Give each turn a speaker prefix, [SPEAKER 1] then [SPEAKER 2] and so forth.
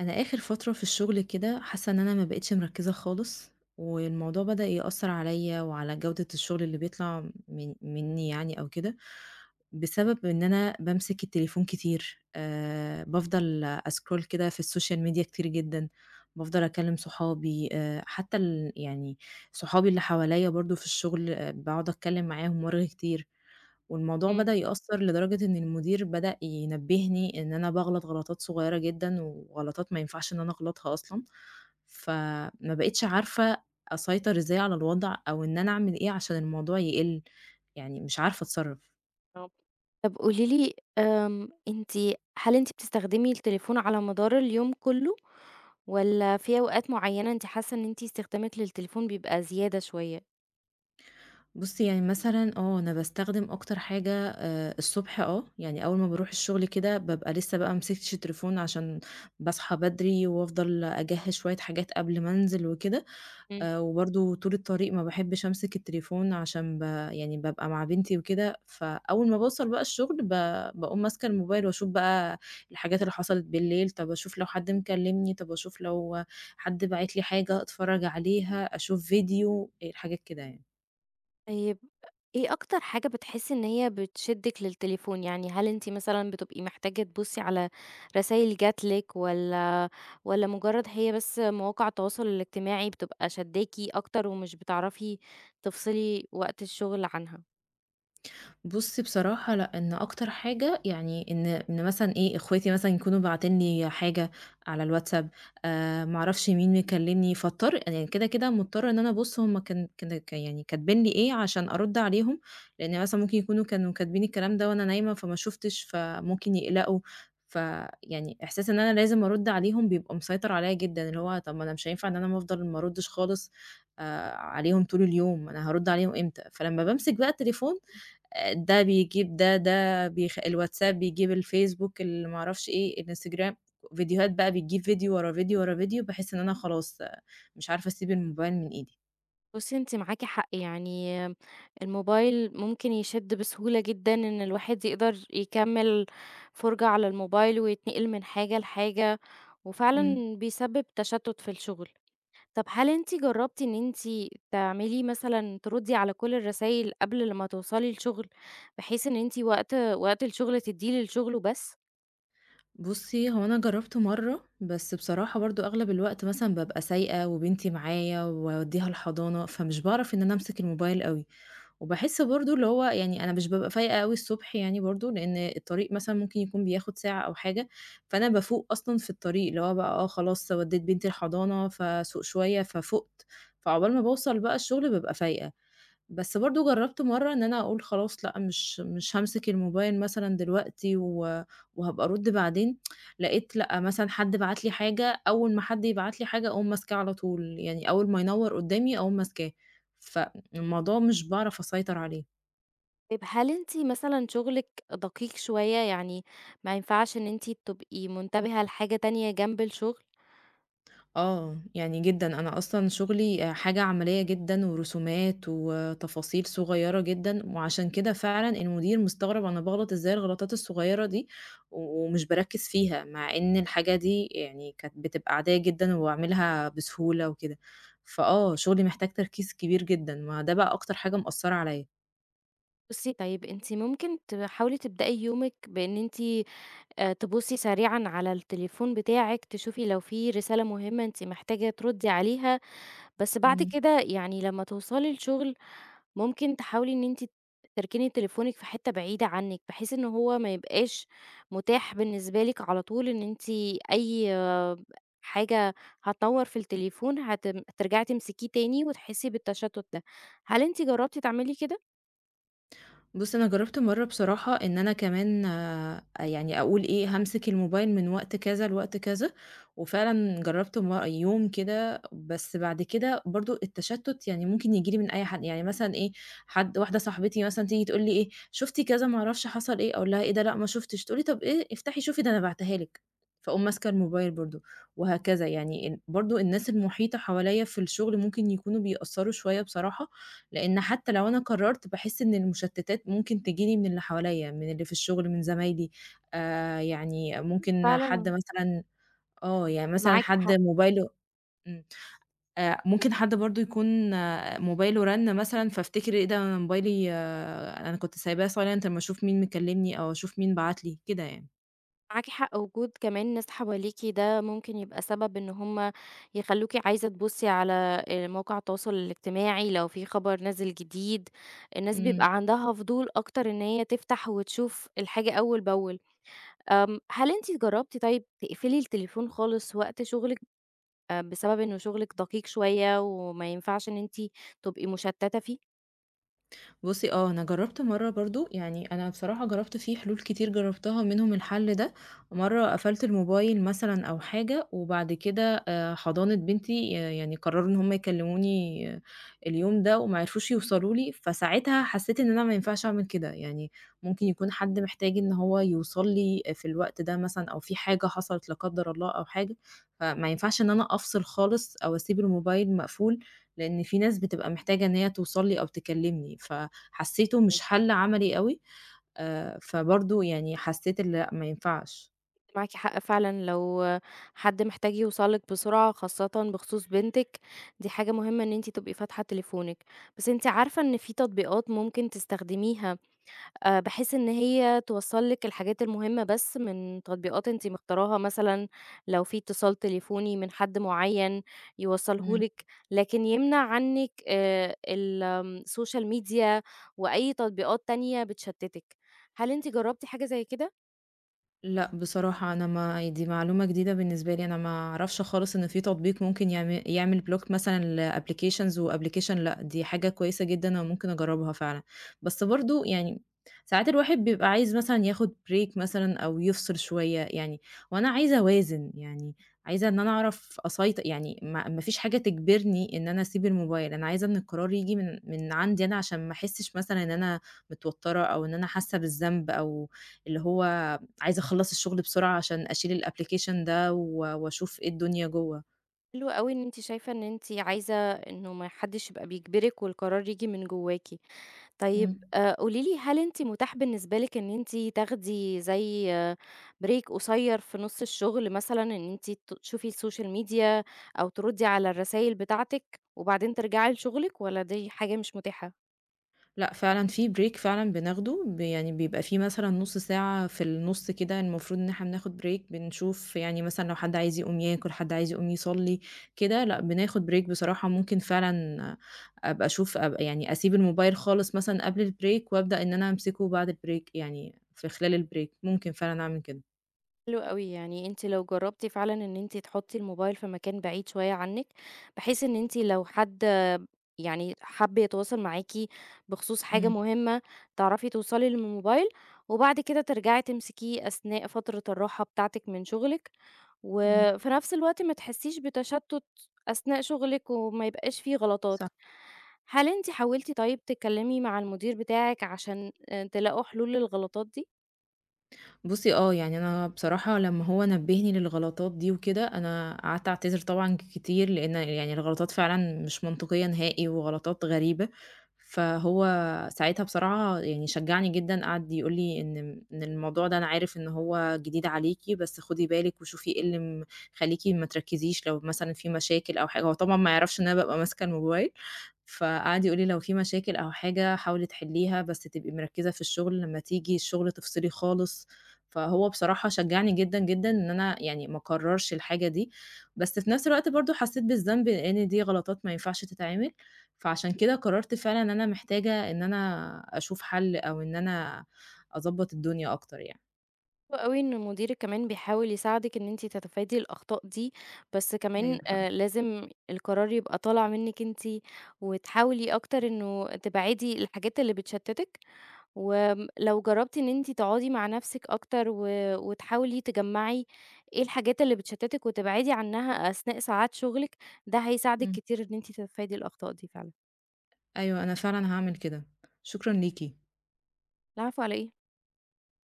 [SPEAKER 1] أنا آخر فترة في الشغل كده حاسة إن أنا ما بقيتش مركزة خالص. والموضوع بدأ يأثر عليا وعلى جودة الشغل اللي بيطلع من مني، يعني أو كده، بسبب إن أنا بامسك التليفون كتير. بافضل أسكرول كده في السوشيال ميديا كتير جدا، بافضل أكلم صحابي. حتى يعني صحابي اللي حواليا برضو في الشغل، بقعد أتكلم معاهم مرة كتير. والموضوع
[SPEAKER 2] إمم،
[SPEAKER 1] بدأ يأثّر لدرجة إن المدير بدأ ينبّهني إن أنا باغلط غلطات صغيّرة جدًا، وغلطات ما ينفعش إن أنا أغلطها أصلًا، فما بقيتش عارفة أسيطر إزاي على الوضع، أو إن أنا أعمل إيه عشان الموضوع يقِل، يعني مش عارفة أتصرّف.
[SPEAKER 2] آه. طب قولي لي هل أنتِ بتستخدمي التليفون على مدار اليوم كلّه، والّا في أوقات معيّنة أنتِ حاسة إن أنتِ استخدامِك للتليفون بيبقى زيادة شوية؟
[SPEAKER 1] بُصّي، يعني مثلًا أنا باستخدم أكتر حاجة الصبح، يعني أول ما باروح الشغل كده بابقى لسه بقى ما مسكتش التليفون عشان باصحى بدري وأفضل أجهّز شوية حاجات قبل ما أنزل وكده.
[SPEAKER 2] إمم.
[SPEAKER 1] وبرضه طول الطريق ما باحبش أمسك التليفون عشان يعني بابقى مع بنتي وكده. فأول ما باوصل بقى الشغل باقوم ماسكة الموبايل واشوف بقى الحاجات اللي حصلت بالليل، طَب اشوف لو حد مكلمني، طَب اشوف لو حد باعت لي حاجة أتفرّج عليها، اشوف فيديو، إيه الحاجات كده يعني.
[SPEAKER 2] طيب إيه أكتر حاجة بتحسي إن هي بتشدِّك للتليفون، يعني هل أنتِ مثلًا بتبقي محتاجة تبُصّي على رسايل جات لِك، والّا مجرد هي بس مواقع التواصل الاجتماعي بتبقى شادّاكِ أكتر ومش بتعرفي تفصلي وقت الشغل عنها؟
[SPEAKER 1] بُصّي بصراحة لأ، إن أكتر حاجة يعني إن مثلًا إيه، إخواتي مثلًا يكونوا باعتين لي حاجة على الواتساب، ما أعرفش مين مكلّمني، فاضطر يعني كده، مضطرة إن أنا أبُص هُم كان كان ك يعني كاتبين لي إيه عشان أرُد عليهم، لإن مثلًا ممكن يكونوا كانوا كاتبين الكلام ده وأنا نايمة فما شُفتش، فممكن يقلقوا. فيعني إحساس إن أنا لازم أرُد عليهم بيبقى مسيطر عليّا جدًا، اللي هو طَب ما أنا مش هينفع إن أنا ما أفضل ما أردّش خالص عليهم طول اليوم، أنا هارُد عليهم إمتى؟ فلمّا بامسك بقى التليفون ده بيجيب ده، ده الواتساب بيجيب الفيسبوك، اللي ما أعرفش إيه، الإنستجرام. فيديوهات بقى بتجيب فيديو ورا فيديو ورا فيديو، باحس إن أنا خلاص، مش عارفة أسيب الموبايل من إيدي.
[SPEAKER 2] بُصّي، أنتِ معاكِ حق، يعني الموبايل ممكن يشِد بسهولة جدًا إن الواحد يقدر يكمّل فُرجة على الموبايل ويتنقل من حاجة لحاجة،
[SPEAKER 1] إمم.
[SPEAKER 2] وفعلًا بيسبب تشتُّت في الشغل. طَب هل أنتِ جرّبتِ إن أنتِ تعملي مثلًا تردّي على كل الرسايل قبل لمّا توصلي الشغل، بحيث إن أنتِ وقت الشغل تدّيه للشغل وبس؟
[SPEAKER 1] بُصّي، هو أنا جرّبته مرّة، بس بصراحة برضه أغلب الوقت مثلًا بابقى سايقة وبنتي معايا وأودّيها الحضانة، فمش باعرف إن أنا أمسك الموبايل أوي. وباحس برضه اللي هو يعني أنا مش بابقى فايقة أوي الصبح يعني برضه، لإن الطريق مثلًا ممكن يكون بياخد ساعة أو حاجة. فأنا بافوق أصلًا في الطريق، اللي هو بقى خلاص ودّيت بنتي الحضانة، فاسوق شوية، ففُقت، فعقبال ما باوصل بقى الشغل بابقى فايقة. بس برضه جرّبت مرّة إن أنا أقول خلاص لأ، مش هامسك الموبايل مثلًا دلوقتي وهابقى أرُد بعدين. لقيت لأ، مثلًا حد بعت لي حاجة، أول ما حد يبعت لي حاجة أقوم ماسكاه على طول، يعني أول ما ينوّر قدّامي أقوم ماسكاه، فالموضوع مش باعرف أسيطر عليه.
[SPEAKER 2] طيب هل أنتِ مثلًا شغلِك دقيق شوية، يعني ما ينفعش إن أنتِ تبقي منتبهة لحاجة تانية جنب الشغل؟
[SPEAKER 1] آه، يعني جدًا، أنا أصلًا شغلي حاجة عملية جدًا ورسومات وتفاصيل صغيرة جدًا، وعشان كده فعلًا المدير مستغرب أنا باغلط إزاي الغلطات الصغيرة دي، و ومش باركّز فيها، مع إن الحاجة دي يعني كانت بتبقى عادية جدًا وباعملها بسهولة وكده. فآه، شغلي محتاج تركيز كبير جدًا، ما ده بقى أكتر حاجة مأثّرة عليَّ.
[SPEAKER 2] بُصّي، طيب أنتِ ممكن تحاولي تبدئي يومِك بإن أنتِ تبُصّي سريعًا على التليفون بتاعِك، تشوفي لو في رسالة مهمة أنتِ محتاجة تردّي عليها، بس بعد
[SPEAKER 1] إمم.
[SPEAKER 2] كده، يعني لمّا توصلي الشغل، ممكن تحاولي إن أنتِ تركني تليفونِك في حتّة بعيدة عنِّك، بحيث إن هو ما يبقاش متاح بالنسبة لِك على طول، إن أنتِ أي حاجة هتنوّر في التليفون هترجعي تمسكيه تاني وتحسّي بالتشتُّت ده. هل أنتِ جرّبتِ تعملي كده؟
[SPEAKER 1] بُص، أنا جرّبت مرّة بصراحة إن أنا كمان يعني أقول إيه، هامسك الموبايل من وقت كذا لوقت كذا. وفعلًا جرّبت يوم كده، بس بعد كده برضه التشتُّت يعني ممكن ييجي لي من أي حد، يعني مثلًا إيه، حد واحدة صاحبتي مثلًا تيجي تقول لي إيه، شُفتِ كذا ما أعرفش حصل إيه، أقول لها إيه ده لأ ما شُفتش، تقول لي طَب إيه افتحي شوفي ده أنا باعتها لِك، فاقوم ماسكة الموبايل برضه. وهكذا يعني برضه الناس المُحيطة حواليّا في الشغل ممكن يكونوا بيأثّروا شوية بصراحة، لإن حتى لو أنا قررت باحس إن المشتتات ممكن تيجي لي من اللي حواليّا، من اللي في الشغل، من زمايلي، يعني ممكن حد
[SPEAKER 2] فعلًا
[SPEAKER 1] مثلًا، يعني مثلًا
[SPEAKER 2] معاكِ
[SPEAKER 1] حد
[SPEAKER 2] حق.
[SPEAKER 1] موبايله، إمم، ممكن حد برضه يكون، موبايله رَن مثلًا فافتكر إيه ده أنا موبايلي، أنا كنت سايباه silent أمّا أشوف مين مكلمني أو أشوف مين بعت لي، كده يعني.
[SPEAKER 2] معاكِ حق، وجود كمان ناس حواليكِ ده ممكن يبقى سبب إن هُم يخلّوكِ عايزة تبُصّي على مواقع التواصل الاجتماعي لو في خبر نازل جديد، الناس
[SPEAKER 1] إمم.
[SPEAKER 2] بيبقى عندها فضول أكتر إن هي تفتح وتشوف الحاجة أول بأول. هل أنتِ جرّبتِ طيب تقفلي التليفون خالص وقت شغلِك بسبب إنه شغلِك دقيق شوية وما ينفعش إن أنتِ تبقي مشتتة فيه؟
[SPEAKER 1] بُصّي أنا جرّبت مرّة برضه، يعني أنا بصراحة جرّبت في حلول كتير جرّبتها منهم الحل ده. مرّة قفلت الموبايل مثلًا أو حاجة وبعد كده حضانة بنتي يعني قرّروا إن هم يكلّموني، اليوم ده وما عرفوش يوصلوا لي. فساعتها حسّيت إن أنا ما ينفعش أعمل كده، يعني ممكن يكون حد محتاج إن هو يوصل لي في الوقت ده مثلًا أو في حاجة حصلت لا قدّر الله أو حاجة، فما ينفعش إن أنا أفصل خالص أو أسيب الموبايل مقفول، لإن في ناس بتبقى محتاجة إن هي توصل لي أو تكلّمني، حسّيته مش حَل عملي أوي. فبرضه يعني حسّيت إن لأ ما ينفعش.
[SPEAKER 2] معاكِ حق فعلًا، لو حد محتاج يوصل لِك بسرعة، خاصةً بخصوص بنتِك، دي حاجة مهمة إن أنتِ تبقي فاتحة تليفونِك. بس أنتِ عارفة إن في تطبيقات ممكن تستخدميها، بحيث إن هي توصّل لِك الحاجات المهمة بس من تطبيقات أنتِ مختاراها، مثلًا لو في اتصال تليفوني من حد معيّن يوصّله
[SPEAKER 1] إمم.
[SPEAKER 2] لِك، لكن يمنع عنِّك السوشيال ميديا وأي تطبيقات تانية بتشتتِك. هل أنتِ جربتِ حاجة زي كده؟
[SPEAKER 1] لأ، بصراحة أنا ما دي معلومة جديدة بالنسبة لي، أنا ما أعرفش خالص إن في تطبيق ممكن يعمل بلوك مثلًا لapplications وapplication. لأ، دي حاجة كويسة جدًا أنا ممكن أجربها فعلًا، بس برضه يعني ساعات الواحد بيبقى عايز مثلًا ياخد break مثلًا أو يفصل شوية يعني، وأنا عايزة أوازن يعني، عايزة إن أنا أعرف يعني ما فيش حاجة تجبرني إن أنا أسيب الموبايل، أنا عايزة إن القرار ييجي من عندي أنا عشان ما أحسش مثلًا إن أنا متوترة أو إن أنا حاسة بالذنب أو اللي هو عايزة أخلّص الشغل بسرعة عشان أشيل الapplication ده و وأشوف إيه الدنيا جوّه.
[SPEAKER 2] حلو أوي إن أنتِ شايفة إن أنتِ عايزة إنه ما حدش يبقى بيجبرِك، والقرار ييجي من جواكِ. طيب
[SPEAKER 1] إمم.
[SPEAKER 2] قولي لي، هل أنتِ متاح بالنسبة لِك إن أنتِ تاخدي زي break قصير في نُص الشغل مثلًا، إن أنتِ تشوفي السوشيال ميديا أو تردي على الرسايل بتاعتِك وبعدين ترجعي لشغلِك، والّا دي حاجة مش متاحة؟
[SPEAKER 1] لأ، فعلًا في break فعلًا بناخده، يعني بيبقى في مثلًا نُص ساعة في النُص كده المفروض إن إحنا بناخد break بنشوف يعني مثلًا لو حد عايز يقوم ياكل، حد عايز يقوم يصلّي كده. لأ، بناخد break بصراحة ممكن فعلًا أبقى أشوف أبقى يعني أسيب الموبايل خالص مثلًا قبل الbreak وأبدأ إن أنا أمسكه بعد الbreak، يعني في خلال الbreak ممكن فعلًا أعمل كده.
[SPEAKER 2] حلو أوي، يعني أنتِ لو جربتِ فعلًا إن أنتِ تحطي الموبايل في مكان بعيد شوية عنِك، بحيث إن أنتِ لو حد يعني حَب يتواصل معاكِ بخصوص حاجة
[SPEAKER 1] إمم،
[SPEAKER 2] مهمة، تعرفي توصلي للموبايل، وبعد كده ترجعي تمسكيه أثناء فترة الراحة بتاعتِك من شغلِك،
[SPEAKER 1] إمم.
[SPEAKER 2] وفي نفس الوقت ما تحسيش بتشتُّت أثناء شغلِك وما يبقاش في غلطات.
[SPEAKER 1] صح.
[SPEAKER 2] هل أنتِ حاولتِ طيب تتكلمي مع المدير بتاعِك عشان تلاقوا حلول للغلطات دي؟
[SPEAKER 1] بُصّي يعني أنا بصراحة لمّا هو نبّهني للغلطات دي وكده، أنا قعدت أعتذر طبعًا كتير، لإن يعني الغلطات فعلًا مش منطقية نهائي وغلطات غريبة. فهو ساعتها بصراحة يعني شجّعني جدًا، قعد يقول لي إن الموضوع ده أنا عارف إن هو جديد عليكِ، بس خدي بالِك وشوفي إيه اللي مخلّيكِ ما تركّزيش لو مثلًا في مشاكل أو حاجة، هو طبعًا ما يعرفش إن أنا بابقى ماسكة الموبايل. فقعد يقول لي: "لو في مشاكل أو حاجة حاولي تحلّيها، بس تبقي مركّزة في الشغل، لمّا تيجي الشغل تفصلي خالص." فهو بصراحة شجّعني جدًا، جدًا، إن أنا يعني ما أكرّرش الحاجة دي. بس في نفس الوقت برضه حسّيت بالذنب لإن دي غلطات ما ينفعش تتعمل، فعشان كده قررت فعلًا إن أنا محتاجة إن أنا أشوف حَل أو إن أنا أضبّط الدنيا أكتر يعني.
[SPEAKER 2] حلو أوي إن مديرِك كمان بيحاول يساعدِك إن أنتِ تتفادي الأخطاء دي، بس كمان
[SPEAKER 1] أيوه فعلًا،
[SPEAKER 2] لازم القرار يبقى طالع منِّك أنتِ، وتحاولي أكتر إنه تبعدي الحاجات اللي بتشتتِك، وآمم لو جربتِ إن أنتِ تقعدي مع نفسِك أكتر وتحاولي تجمّعي إيه الحاجات اللي بتشتتِك وتبعدي عنها أثناء ساعات شغلِك، ده هيساعدِك
[SPEAKER 1] إمم.
[SPEAKER 2] كتير إن أنتِ تتفادي الأخطاء دي فعلًا.
[SPEAKER 1] أيوه، أنا فعلًا هاعمل كده. شكرًا ليكِ.
[SPEAKER 2] العفو على إيه؟